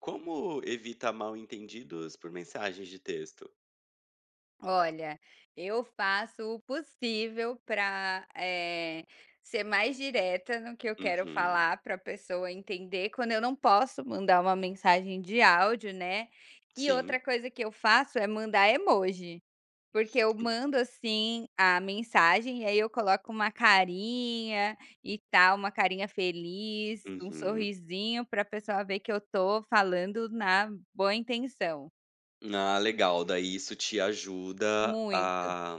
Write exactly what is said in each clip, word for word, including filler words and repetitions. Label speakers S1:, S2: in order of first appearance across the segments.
S1: Como evita mal-entendidos por mensagens de texto?
S2: Olha, eu faço o possível para ser mais direta no que eu quero
S1: Uhum.
S2: falar, para a pessoa entender quando eu não posso mandar uma mensagem de áudio, né. E outra
S1: Sim.
S2: coisa que eu faço é mandar emoji, porque eu mando, assim, a mensagem e aí eu coloco uma carinha e tal, uma carinha feliz, um
S1: Uhum.
S2: sorrisinho para a pessoa ver que eu tô falando na boa intenção.
S1: Ah, legal. Daí isso te ajuda
S2: Muito.
S1: a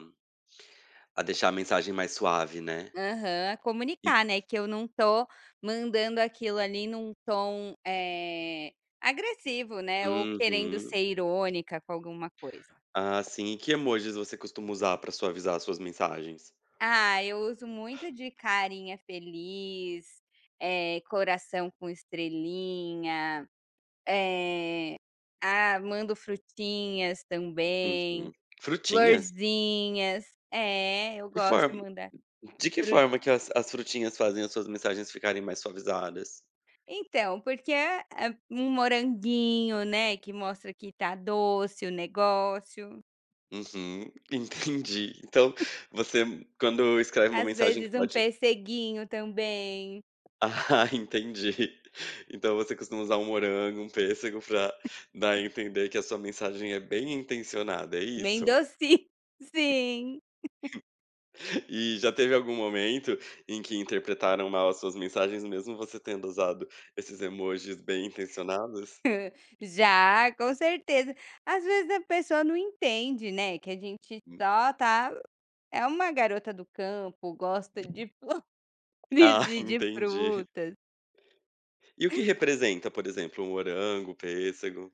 S1: a deixar a mensagem mais suave, né?
S2: Aham,
S1: E
S2: comunicar, né, que eu não tô mandando aquilo ali num tom, eh, agressivo, né, ou querendo
S1: Uhum.
S2: ser irônica com alguma coisa.
S1: Ah, sim. E que emojis você costuma usar para suavizar as suas mensagens?
S2: Ah, eu uso muito de carinha feliz, eh, coração com estrelinha, eh, ah, mando frutinhas
S1: Uhum.
S2: também,
S1: Frutinhas?
S2: florzinhas. É, eu
S1: Que
S2: gosto de
S1: forma
S2: mandar.
S1: de que forma que as as frutinhas fazem as suas mensagens ficarem mais suavizadas?
S2: Então, porque é é um moranguinho, né, que mostra que tá doce o negócio.
S1: Uhum, entendi. Então, você quando escreve uma
S2: Às
S1: mensagem que
S2: vezes um
S1: pode
S2: perceguinho também,
S1: Ah, entendi. Então você costuma usar um morango, um pêssego pra dar a entender que a sua mensagem é bem intencionada, é
S2: bem
S1: isso?
S2: docinho. Sim,
S1: E já teve algum momento em que interpretaram mal as suas mensagens, mesmo você tendo usado esses emojis bem intencionados?
S2: já, com certeza. Às vezes a pessoa não entende, né, que a gente
S1: Hum.
S2: só tá, é uma garota do campo, gosta de flores
S1: Ah,
S2: e de
S1: entendi.
S2: frutas.
S1: E o que representa, por exemplo, um morango, um pêssego?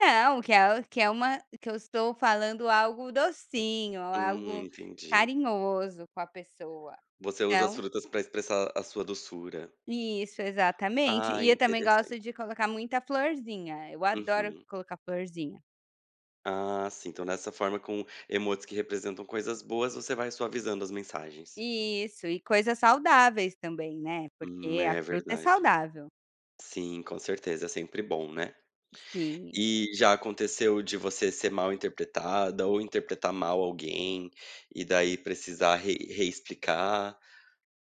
S2: Não, que é que é uma que eu estou falando algo docinho,
S1: Hum,
S2: algo
S1: entendi.
S2: carinhoso com a pessoa.
S1: Você usa as
S2: Então
S1: frutas pra expressar a sua doçura.
S2: isso, exatamente.
S1: Ah,
S2: E eu também gosto
S1: interessante.
S2: de colocar muita florzinha, eu adoro
S1: Uhum.
S2: colocar florzinha.
S1: Ah, sim. Então, dessa forma, com emotes que representam coisas boas, você vai suavizando as mensagens.
S2: Isso, e coisas saudáveis também, né,
S1: Hum,
S2: porque a
S1: é
S2: fruta é
S1: verdade.
S2: saudável.
S1: Sim, com certeza, é sempre bom, né.
S2: Sim,
S1: E já aconteceu de você ser mal interpretada ou interpretar mal alguém, e daí precisar re reexplicar?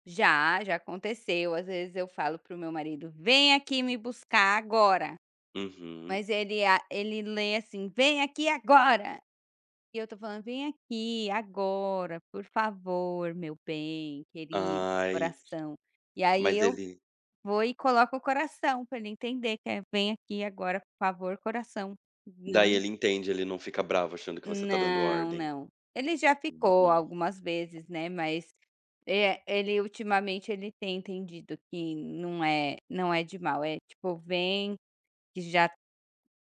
S2: já, já aconteceu, às vezes eu falo para o meu marido: "Vem aqui me buscar agora",
S1: Uhum.
S2: mas ele a ele lê assim: "Vem aqui agora", e eu estou falando: "Vem aqui agora, por favor, meu bem, querido,
S1: Ai,
S2: coração". E aí
S1: mas
S2: eu
S1: ele
S2: vou e coloco o coração para ele entender que é: "Vem aqui agora, por favor, coração".
S1: daí
S2: Não
S1: ele entende, ele não fica bravo achando que você tá dando
S2: não,
S1: ordem.
S2: não. Ele já ficou
S1: Uhum.
S2: algumas vezes, né, mas, eh, ele ultimamente ele tem entendido que não é não é de mal, é tipo: "Vem, que já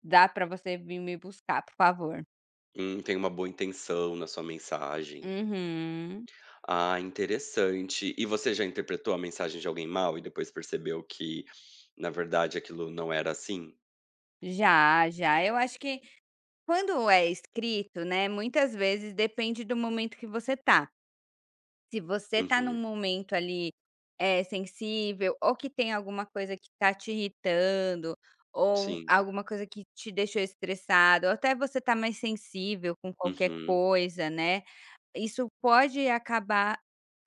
S2: dá para você vir me buscar, por favor".
S1: Hum, tem uma boa intenção na sua mensagem.
S2: Uhum.
S1: Ah, interessante. E você já interpretou a mensagem de alguém mal e depois percebeu que, na verdade, aquilo não era assim?
S2: Já, já. Eu acho que quando é escrito, né, muitas vezes depende do momento que você tá. Se você tá num
S1: Uhum,
S2: momento ali, é sensível ou que tem alguma coisa que tá te irritando, ou
S1: sim.
S2: alguma coisa que te deixou estressado, ou até você tá mais sensível com qualquer
S1: Uhum.
S2: coisa, né, isso pode acabar,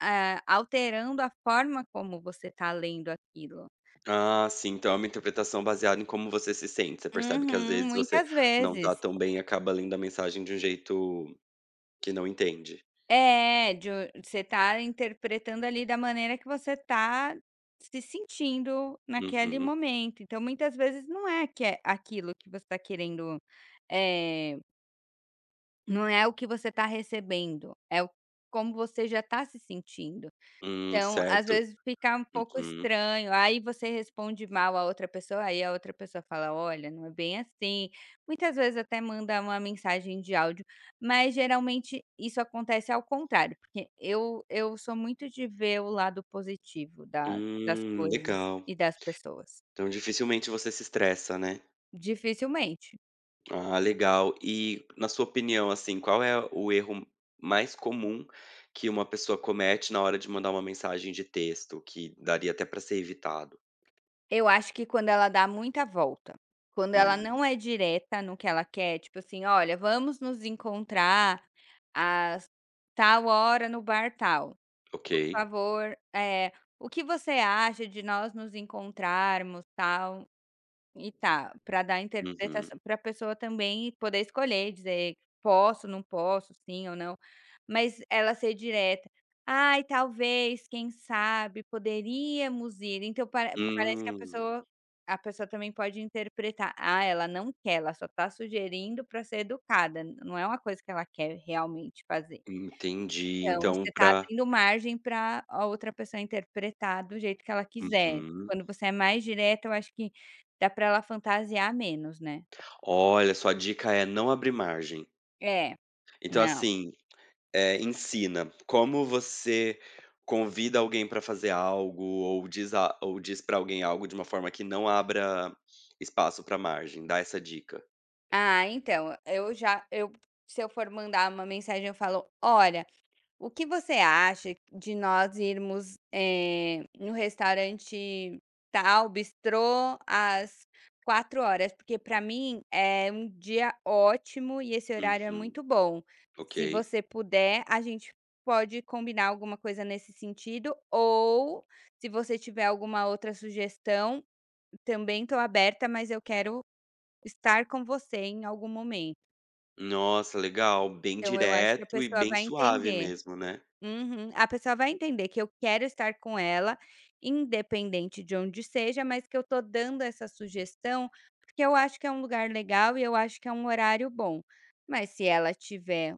S2: ah, alterando a forma como você tá lendo aquilo.
S1: Ah, sim, então é uma interpretação baseada em como você se sente. Você percebe que às
S2: Uhum,
S1: vezes você
S2: muitas
S1: não tá
S2: vezes.
S1: tão bem e acaba lendo a mensagem de um jeito que não entende.
S2: É, de o você tá interpretando ali da maneira que você tá se sentindo naquele
S1: Uhum.
S2: momento. Então, muitas vezes não é que é aquilo que você tá querendo, eh, não é o que você tá recebendo, é o como você já tá se sentindo.
S1: Hum,
S2: Então, às
S1: certo.
S2: vezes fica um pouco
S1: Uhum.
S2: estranho, aí você responde mal a outra pessoa, aí a outra pessoa fala: "Olha, não é bem assim". Muitas vezes até manda uma mensagem de áudio, mas geralmente isso acontece ao contrário, porque eu eu sou muito de ver o lado positivo da das
S1: Hum,
S2: coisas
S1: legal.
S2: e das pessoas.
S1: Então dificilmente você se estressa, né?
S2: Dificilmente.
S1: Ah, legal. E na sua opinião, assim, qual é o erro mais comum que uma pessoa comete na hora de mandar uma mensagem de texto, que daria até para ser evitado?
S2: Eu acho que quando ela dá muita volta, quando ela
S1: Hum,
S2: não é direta no que ela quer, tipo assim: "Olha, vamos nos encontrar às tal hora no bar tal.
S1: ok.
S2: Por favor, eh, o que você acha de nós nos encontrarmos, tal?" E tá, para dar
S1: Uhum.
S2: interpretação para a pessoa também poder escolher, dizer: "Posso, não posso, sim ou não". Mas ela ser direta: "Ai, talvez, quem sabe, poderíamos ir". Então pare parece que a
S1: Hum,
S2: pessoa a pessoa também pode interpretar: "Ah, ela não quer, ela só tá sugerindo para ser educada, não é uma coisa que ela quer realmente fazer".
S1: entendi.
S2: Então,
S1: Então,
S2: você está
S1: para.
S2: abrindo margem para a outra pessoa interpretar do jeito que ela quiser. Quando você é mais direta, eu acho que dá para ela fantasiar menos, né.
S1: Olha, sua dica é não abrir margem.
S2: É,
S1: Então,
S2: não.
S1: assim, Eh, ensina como você convida alguém para fazer algo ou diz a ou diz para alguém algo de uma forma que não abra espaço para margem, dá essa dica.
S2: Ah, então, eu já eu se eu for mandar uma mensagem, eu falo: "Olha, o que você acha de nós irmos, eh, no restaurante tal, bistrô, às quatro horas? Porque para mim é um dia ótimo e esse horário é
S1: Uhum,
S2: muito bom.
S1: ok.
S2: Se você puder, a gente pode combinar alguma coisa nesse sentido, ou se você tiver alguma outra sugestão, também estou aberta, mas eu quero estar com você em algum momento".
S1: Nossa, legal, bem
S2: Então eu acho que a
S1: direto e
S2: pessoa
S1: bem
S2: vai
S1: suave
S2: entender.
S1: mesmo, né.
S2: Uhum. A pessoa vai entender que eu quero estar com ela, independente de onde seja, mas que eu tô dando essa sugestão, porque eu acho que é um lugar legal e eu acho que é um horário bom. Mas se ela tiver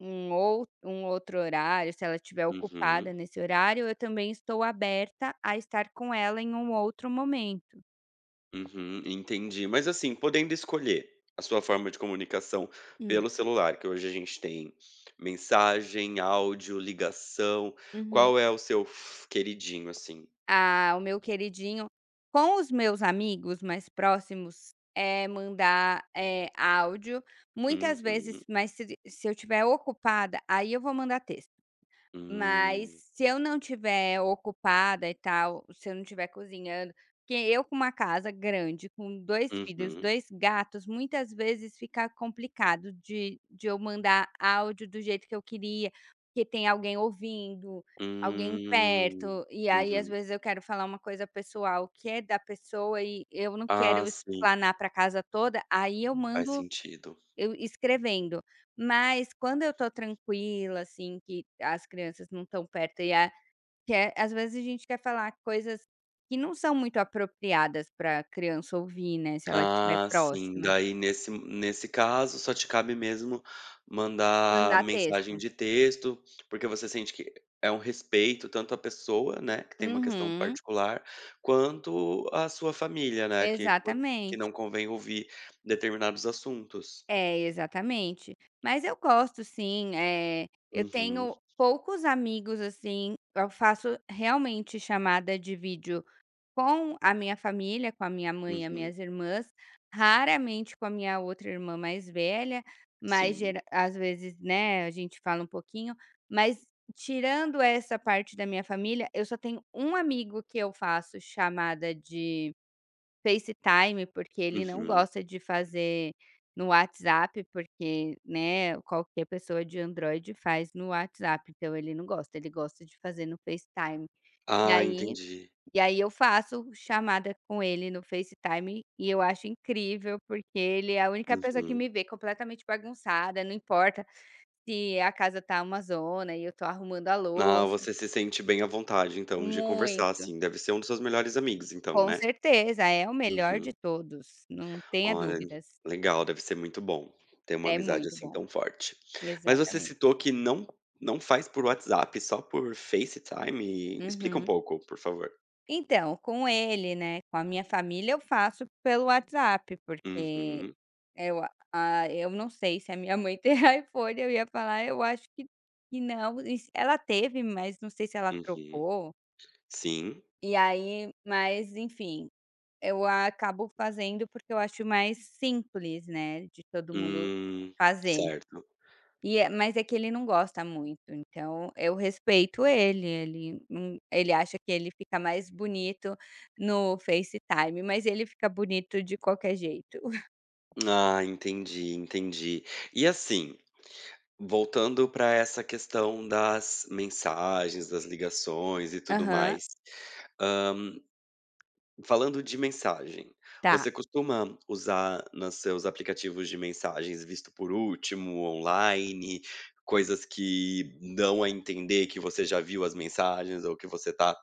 S2: um, ou, um outro horário, se ela estiver ocupada
S1: Uhum,
S2: nesse horário, eu também estou aberta a estar com ela em um outro momento.
S1: uhum, entendi. Mas, assim, podendo escolher a sua forma de comunicação
S2: Hum,
S1: pelo celular, que hoje a gente tem mensagem, áudio, ligação,
S2: uhum.
S1: qual é o seu f queridinho, assim?
S2: Ah, o meu queridinho com os meus amigos mais próximos, é mandar, eh, áudio, muitas vezes,
S1: Uhum.
S2: mas se se eu estiver ocupada, aí eu vou mandar texto. Mas
S1: Hum.
S2: se eu não tiver ocupada e tal, se eu não estiver cozinhando, porque eu com uma casa grande, com dois filhos,
S1: Uhum.
S2: dois gatos, muitas vezes fica complicado de de eu mandar áudio do jeito que eu queria, porque tem alguém ouvindo, alguém
S1: Hum.
S2: perto, e aí às
S1: Uhum.
S2: vezes eu quero falar uma coisa pessoal que é da pessoa e eu não
S1: Ah,
S2: quero
S1: sim,
S2: explanar para casa toda, aí eu
S1: faz
S2: mando
S1: sentido.
S2: eu escrevendo. Mas quando eu tô tranquila, assim, que as crianças não estão perto e a que é às vezes a gente quer falar coisas que não são muito apropriadas pra criança ouvir, né, se ela estiver
S1: Ah, sim,
S2: próxima.
S1: daí nesse nesse caso só te cabe mesmo mandar
S2: Mandar
S1: mensagem
S2: texto.
S1: de texto, porque você sente que é um respeito tanto à pessoa, né, que tem uma questão
S2: Uhum,
S1: particular, quanto à sua família, né, que po que
S2: exatamente.
S1: não convém ouvir determinados assuntos.
S2: É, exatamente. Mas eu gosto sim, eh, eu
S1: Uhum,
S2: tenho poucos amigos, assim, eu faço realmente chamada de vídeo com a minha família, com a minha mãe e as
S1: uhum.
S2: minhas irmãs, raramente com a minha outra irmã mais velha, mas
S1: Sim.
S2: gera às vezes, né, a gente fala um pouquinho, mas tirando essa parte da minha família, eu só tenho um amigo que eu faço chamada de FaceTime, porque ele não
S1: Uhum.
S2: gosta de fazer no WhatsApp, porque, né, qualquer pessoa de Android faz no WhatsApp, então ele não gosta, ele gosta de fazer no FaceTime. E
S1: Ah,
S2: aí
S1: entendi.
S2: e aí eu faço chamada com ele no FaceTime e eu acho incrível, porque ele é a única pessoa que
S1: Uhum.
S2: me vê completamente bagunçada, não importa se a casa tá uma zona e eu tô arrumando a
S1: Ah,
S2: louça.
S1: você se sente bem à vontade, então, de conversar,
S2: Muito,
S1: assim. Deve ser um dos seus melhores amigos, então,
S2: com
S1: né?
S2: certeza, é o melhor de
S1: Uhum.
S2: todos, não tenha
S1: Olha,
S2: dúvidas.
S1: legal, deve ser muito bom ter uma
S2: É
S1: amizade
S2: muito
S1: assim
S2: bom,
S1: tão forte. Mas você
S2: exatamente.
S1: citou que não não faz por WhatsApp, só por FaceTime? Explica um
S2: Uhum.
S1: pouco, por favor.
S2: Então, com ele, né, com a minha família eu faço pelo WhatsApp, porque
S1: Uhum,
S2: É, Eu a ah, eu não sei se a minha mãe tem iPhone, eu ia falar: "Eu acho que que não", e se ela teve, mas não sei se ela
S1: uhum.
S2: trocou.
S1: Sim.
S2: E aí mas enfim, eu acabo fazendo, porque eu acho mais simples, né, de todo mundo
S1: Hum,
S2: fazer.
S1: certo.
S2: E é mas é que ele não gosta muito, então eu respeito ele, ele não ele acha que ele fica mais bonito no FaceTime, mas ele fica bonito de qualquer jeito.
S1: Ah, entendi, entendi. E assim, voltando para essa questão das mensagens, das ligações e tudo
S2: Aham,
S1: mais, hã, falando de mensagem,
S2: tá.
S1: você costuma usar nos seus aplicativos de mensagens visto por último, online, coisas que dão a entender que você já viu as mensagens ou que você tá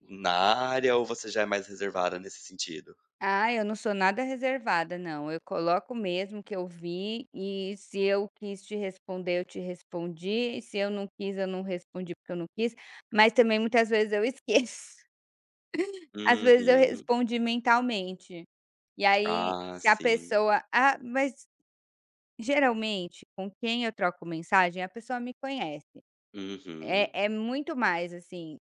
S1: na área ou você já é mais reservada nesse sentido?
S2: Ah, eu não sou nada reservada não, eu coloco mesmo o que eu vi e se eu quis te responder, eu te respondi, e se eu não quis, eu não respondi porque eu não quis, mas também muitas vezes eu esqueço. Às vezes eu
S1: Uhum.
S2: respondi mentalmente, e aí
S1: Ah,
S2: se a
S1: sim.
S2: pessoa ah, mas geralmente com quem eu troco mensagem, a pessoa me conhece,
S1: Uhum,
S2: é é muito mais assim,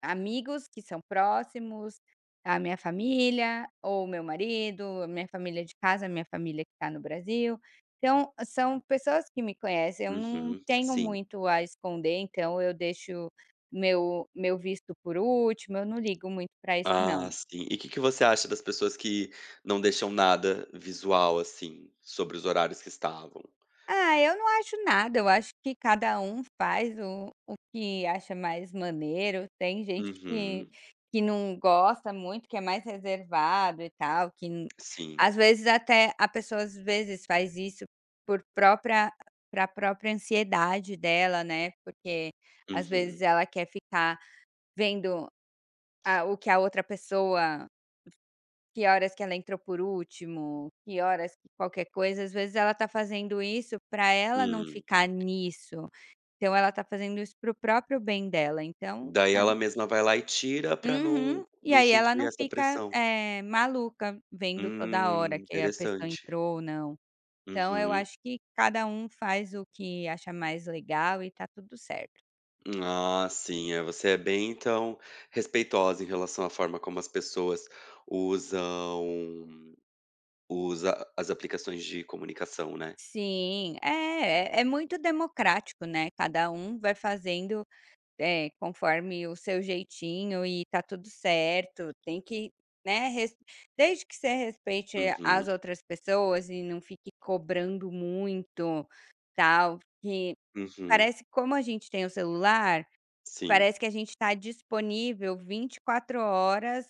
S2: amigos que são próximos, a minha família, ou meu marido, a minha família de casa, a minha família que está no Brasil. Então, são pessoas que me conhecem, eu não
S1: uhum,
S2: tenho
S1: sim.
S2: muito a esconder, então eu deixo meu meu visto por último, eu não ligo muito para isso
S1: Ah,
S2: não.
S1: sim. E o que que você acha das pessoas que não deixam nada visual, assim, sobre os horários que estavam?
S2: Ah, eu não acho nada, eu acho que cada um faz o o que acha mais maneiro. Tem gente que
S1: Uhum,
S2: que não gosta muito, que é mais reservado e tal, que n
S1: sim.
S2: às vezes até a pessoa às vezes faz isso por própria pra própria ansiedade dela, né, porque às vezes
S1: Uhum.
S2: ela quer ficar vendo a o que a outra pessoa, que horas que ela entrou por último, que horas que qualquer coisa, às vezes ela tá fazendo isso para ela não
S1: Hum.
S2: ficar nisso, então ela tá fazendo isso para o próprio bem dela, então
S1: Daí
S2: a
S1: ela mesma vai lá e tira pra não
S2: uhum. E
S1: não
S2: aí ela
S1: sentir
S2: não
S1: essa
S2: fica,
S1: pressão.
S2: eh, maluca vendo toda
S1: Hum,
S2: hora que a pessoa
S1: interessante.
S2: entrou ou não. Então eu
S1: Uhum.
S2: acho que cada um faz o que acha mais legal e tá tudo certo.
S1: Ah, sim, é, você é bem, então, respeitosa em relação à forma como as pessoas usam usa as aplicações de comunicação, né.
S2: Sim, é, é é muito democrático, né, cada um vai fazendo, é, conforme o seu jeitinho e tá tudo certo, tem que, né, res desde que você respeite as
S1: Uhum,
S2: outras pessoas e não fique cobrando muito, tal, que
S1: uhum,
S2: parece que como a gente tem o celular,
S1: sim.
S2: parece que a gente está disponível vinte e quatro horas,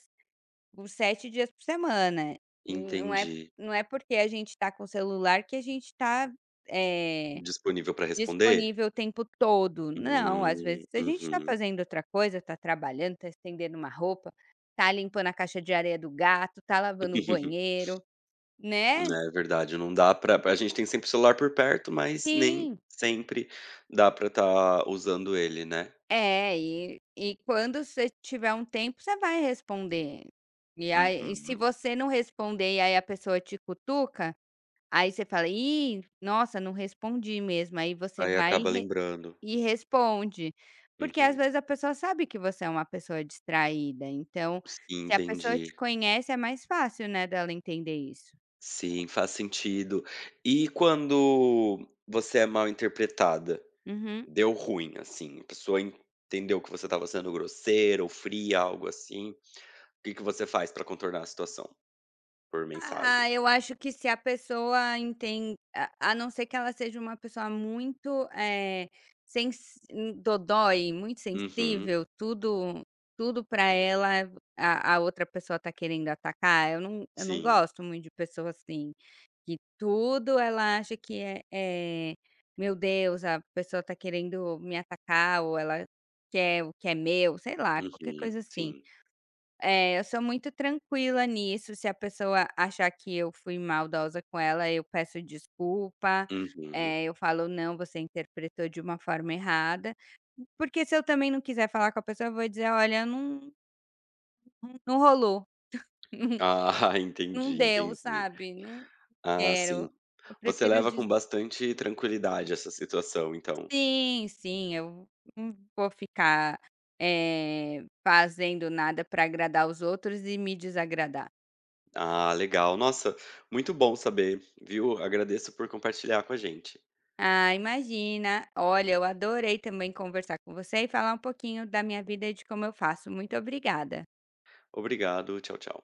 S2: os sete dias por semana, e não é
S1: Entendi.
S2: não é porque a gente está com o celular que a gente está
S1: Disponível para responder?
S2: disponível o tempo todo. Não, às
S1: Hum,
S2: vezes a gente está
S1: uhum.
S2: fazendo outra coisa, está trabalhando, está estendendo uma roupa, está limpando a caixa de areia do gato, está lavando o banheiro, né.
S1: É verdade, não dá pra a gente tem sempre o celular por perto, mas nem
S2: Sim.
S1: sempre dá pra estar usando ele, né.
S2: É, e e quando você tiver um tempo, você vai responder. E aí e se
S1: Uhum.
S2: você não responder e aí a pessoa te cutuca, aí você fala: "Ih, nossa, não respondi mesmo". Aí você
S1: Aí
S2: vai
S1: acaba lembrando.
S2: e responde, porque às
S1: Uhum.
S2: vezes a pessoa sabe que você é uma pessoa distraída, então
S1: Sim,
S2: se a pessoa
S1: entendi.
S2: te conhece é mais fácil, né, dela entender isso.
S1: Sim, faz sentido. E quando você é mal interpretada?
S2: Uhum.
S1: Deu ruim, assim, a pessoa entendeu que você estava sendo grosseira ou fria, algo assim, o que que você faz pra contornar a situação? Por mensagem.
S2: Ah, eu acho que se a pessoa entende a a não ser que ela seja uma pessoa muito, eh, sens hum, dodói, muito
S1: Uhum.
S2: sensível, tudo tudo para ela a a outra pessoa tá querendo atacar, eu não eu não
S1: Sim.
S2: gosto muito de pessoa assim. Que tudo ela acha que é é: "Meu Deus, a pessoa tá querendo me atacar ou ela quer o que é meu", sei lá, qualquer
S1: Uhum.
S2: coisa assim.
S1: Sim.
S2: Eh, eu sou muito tranquila nisso, se a pessoa achar que eu fui maldosa com ela, eu peço desculpa,
S1: Uhum.
S2: eh, eu falo: "Não, você interpretou de uma forma errada", porque se eu também não quiser falar com a pessoa, eu vou dizer: "Olha, não não rolou,
S1: Ah,
S2: não
S1: entendi,
S2: deu,
S1: entendi.
S2: sabe, não
S1: Ah, sim.
S2: quero". Eu
S1: Você
S2: prefiro.
S1: leva com bastante tranquilidade essa situação, então.
S2: Sim, sim, eu não vou ficar, eh, fazendo nada para agradar os outros e me desagradar.
S1: Ah, legal. Nossa, muito bom saber, viu? Agradeço por compartilhar com a gente.
S2: Ah, imagina. Olha, eu adorei também conversar com você e falar um pouquinho da minha vida e de como eu faço. Muito obrigada.
S1: Obrigado. Tchau, tchau.